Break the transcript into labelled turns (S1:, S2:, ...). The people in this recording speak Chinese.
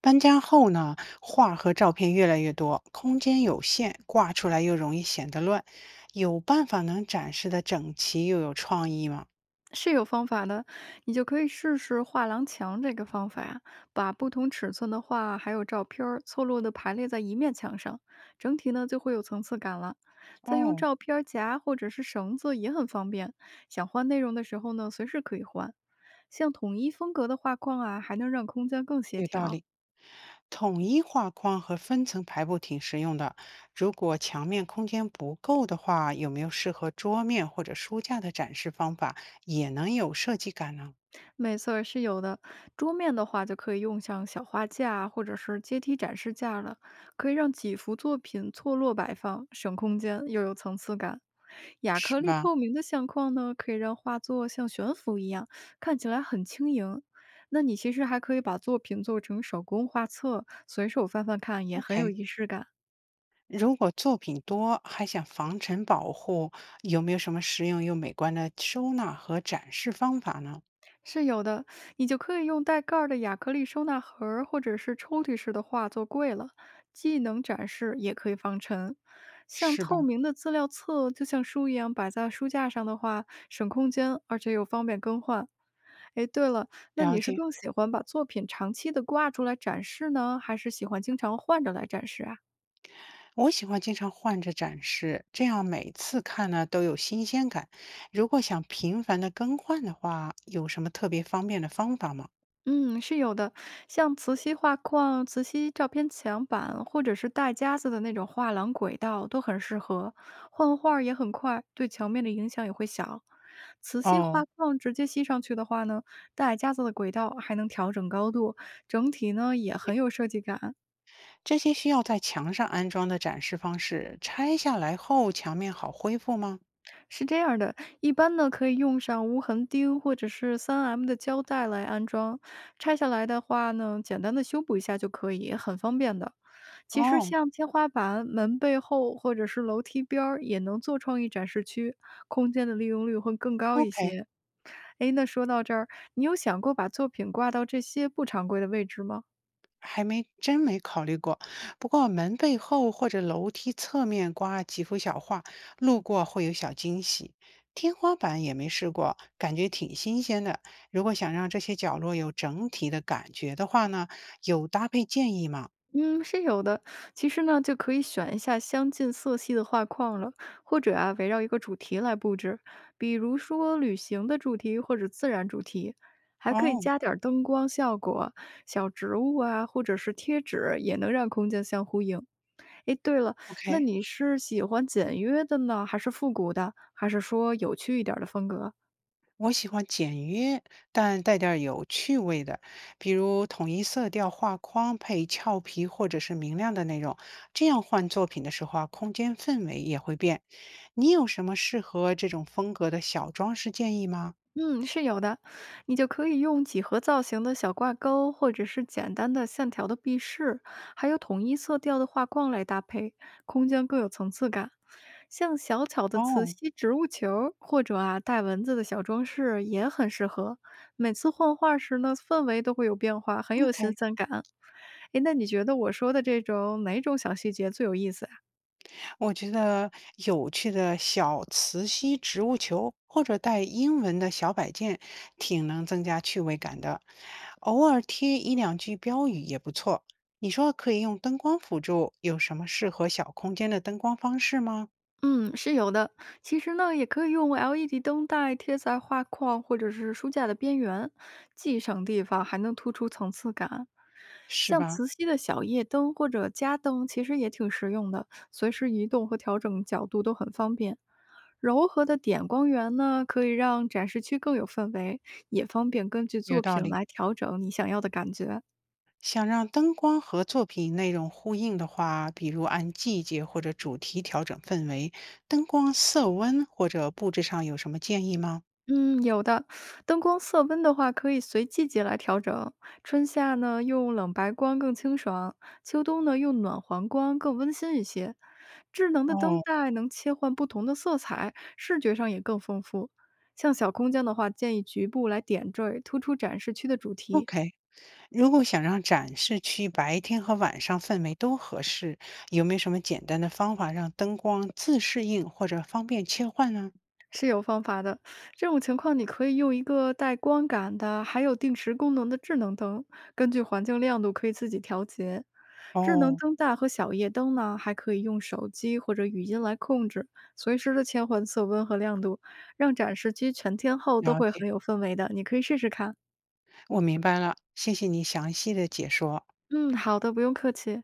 S1: 搬家后呢，画儿和照片越来越多，空间有限，挂出来又容易显得乱。有办法能展示的整齐又有创意吗？
S2: 是有方法的，你就可以试试画廊墙这个方法，把不同尺寸的画还有照片儿错落的排列在一面墙上，整体呢就会有层次感了。再用
S1: 哦，
S2: 照片夹或者是绳子也很方便，想换内容的时候呢，随时可以换。像统一风格的画框啊，还能让空间更协
S1: 有道
S2: 调。
S1: 理。统一画框和分层排布挺实用的。如果墙面空间不够的话，有没有适合桌面或者书架的展示方法，也能有设计感呢？
S2: 没错儿是有的。桌面的话，就可以用像小画架或者是阶梯展示架了，可以让几幅作品错落摆放，省空间又有层次感。亚
S1: 是
S2: 克力
S1: 吧
S2: 透明的相框呢，可以让画作像悬浮一样，看起来很轻盈。那你其实还可以把作品做成手工画册，随手翻翻看，也很有
S1: ？OK。
S2: 仪式感。
S1: 如果作品多，还想防尘保护，有没有什么实用又美观的收纳和展示方法呢？
S2: 是有的，你就可以用带盖儿的亚克力收纳盒儿，或者是抽屉式的画作柜了，既能展示，也可以防尘。像
S1: 是吧？
S2: 透明的资料册，就像书一样摆在书架上的话，省空间，而且又方便更换。哎，对了，那
S1: 了
S2: 你是
S1: 解，
S2: 更喜欢把作品长期的挂出来展示呢，还是喜欢经常换着来展示啊？
S1: 我喜欢经常换着展示，这样每次看呢都有新鲜感。如果想频繁的更换的话，有什么特别方便的方法吗？
S2: 嗯，是有的，像磁吸画框、磁吸照片墙板，或者是带夹子的那种画廊轨道，都很适合。换画儿也很快，对墙面的影响也会小。磁吸
S1: 哦，
S2: 画框直接吸上去的话呢，带夹子的轨道还能调整高度，整体呢也很有设计感。
S1: 这些需要在墙上安装的展示方式，拆下来后墙面好恢复吗？
S2: 是这样儿的，一般呢可以用上无痕钉或者是 3M 的胶带来安装，拆下来的话呢，简单的修补一下就可以，很方便的。其实
S1: 哦
S2: 像天花板、门背后或者是楼梯边儿也能做创意展示区，空间的利用率会更高一
S1: ，OK，
S2: 些。诶，那说到这儿，你有想过把作品挂到这些不常规的位置吗？
S1: 还没真没考虑过。不过门背后或者楼梯侧面挂几幅小画，路过会有小惊喜。天花板也没试过，感觉挺新鲜的。如果想让这些角落有整体的感觉的话呢，有搭配建议吗？
S2: 嗯，是有的。其实呢，就可以选一下相近色系的画框了，或者啊，围绕一个主题来布置，比如说旅行的主题或者自然主题，还可以
S1: 哦
S2: 加点儿灯光效果、小植物啊，或者是贴纸，也能让空间相呼应。诶，对了，
S1: ，OK。
S2: 那
S1: o k
S2: 你是喜欢简约的呢，还是复古的，还是说有趣一点儿的风格？
S1: 我喜欢简约但带点儿有趣味的，比如统一色调画框配俏皮或者是明亮的内容，这样换作品的时候啊，空间氛围也会变。你有什么适合这种风格的小装饰建议吗？
S2: 嗯，是有的，你就可以用几何造型的小挂钩，或者是简单的线条的壁饰，还有统一色调的画框来搭配，空间更有层次感。像小巧的磁
S1: 哦
S2: 吸植物球儿或者啊带文字的小装饰也很适合。每次换画时呢，氛围都会有变化，很有新
S1: ，OK。
S2: 鲜感。诶，那你觉得我说的这种哪种小细节最有意思呀？
S1: 我觉得有趣的小磁吸植物球或者带英文的小摆件，挺能增加趣味感的。偶尔贴一两句标语也不错。你说可以用灯光辅助，有什么适合小空间的灯光方式吗？
S2: 嗯，是有的。其实呢，也可以用 LED 灯带贴在画框或者是书架的边缘，既省地方，还能突出层次感。
S1: 是
S2: 像
S1: 吧？
S2: 磁吸的小夜灯或者家灯，其实也挺实用的，随时移动和调整角度都很方便。柔和的点光源呢，可以让展示区更有氛围，也方便根据
S1: 有
S2: 作
S1: 道
S2: 品
S1: 理。
S2: 来调整你想要的感觉。
S1: 想让灯光和作品内容呼应的话，比如按季节或者主题调整氛围，灯光色温或者布置上有什么建议吗？
S2: 嗯，有的。灯光色温的话，可以随季节来调整。春夏呢，用冷白光更清爽；秋冬呢，用暖黄光更温馨一些。智能的灯
S1: 哦
S2: 带能切换不同的色彩，视觉上也更丰富。像小空间的话，建议局部来点缀，突出展示区的主题，
S1: ，OK，如果想让展示区白天和晚上氛围都合适，有没有什么简单的方法让灯光自适应或者方便切换呢？
S2: 是有方法的。这种情况，你可以用一个带光感的，还有定时功能的智能灯，根据环境亮度可以自己调节。智能
S1: 哦，
S2: 灯带和小夜灯呢，还可以用手机或者语音来控制，随时的切换色温和亮度，让展示区全天候都
S1: 了
S2: 会
S1: 解，
S2: 很有氛围的。你可以试试看。
S1: 我明白了，谢谢你详细的解说。
S2: 嗯，好的，不用客气。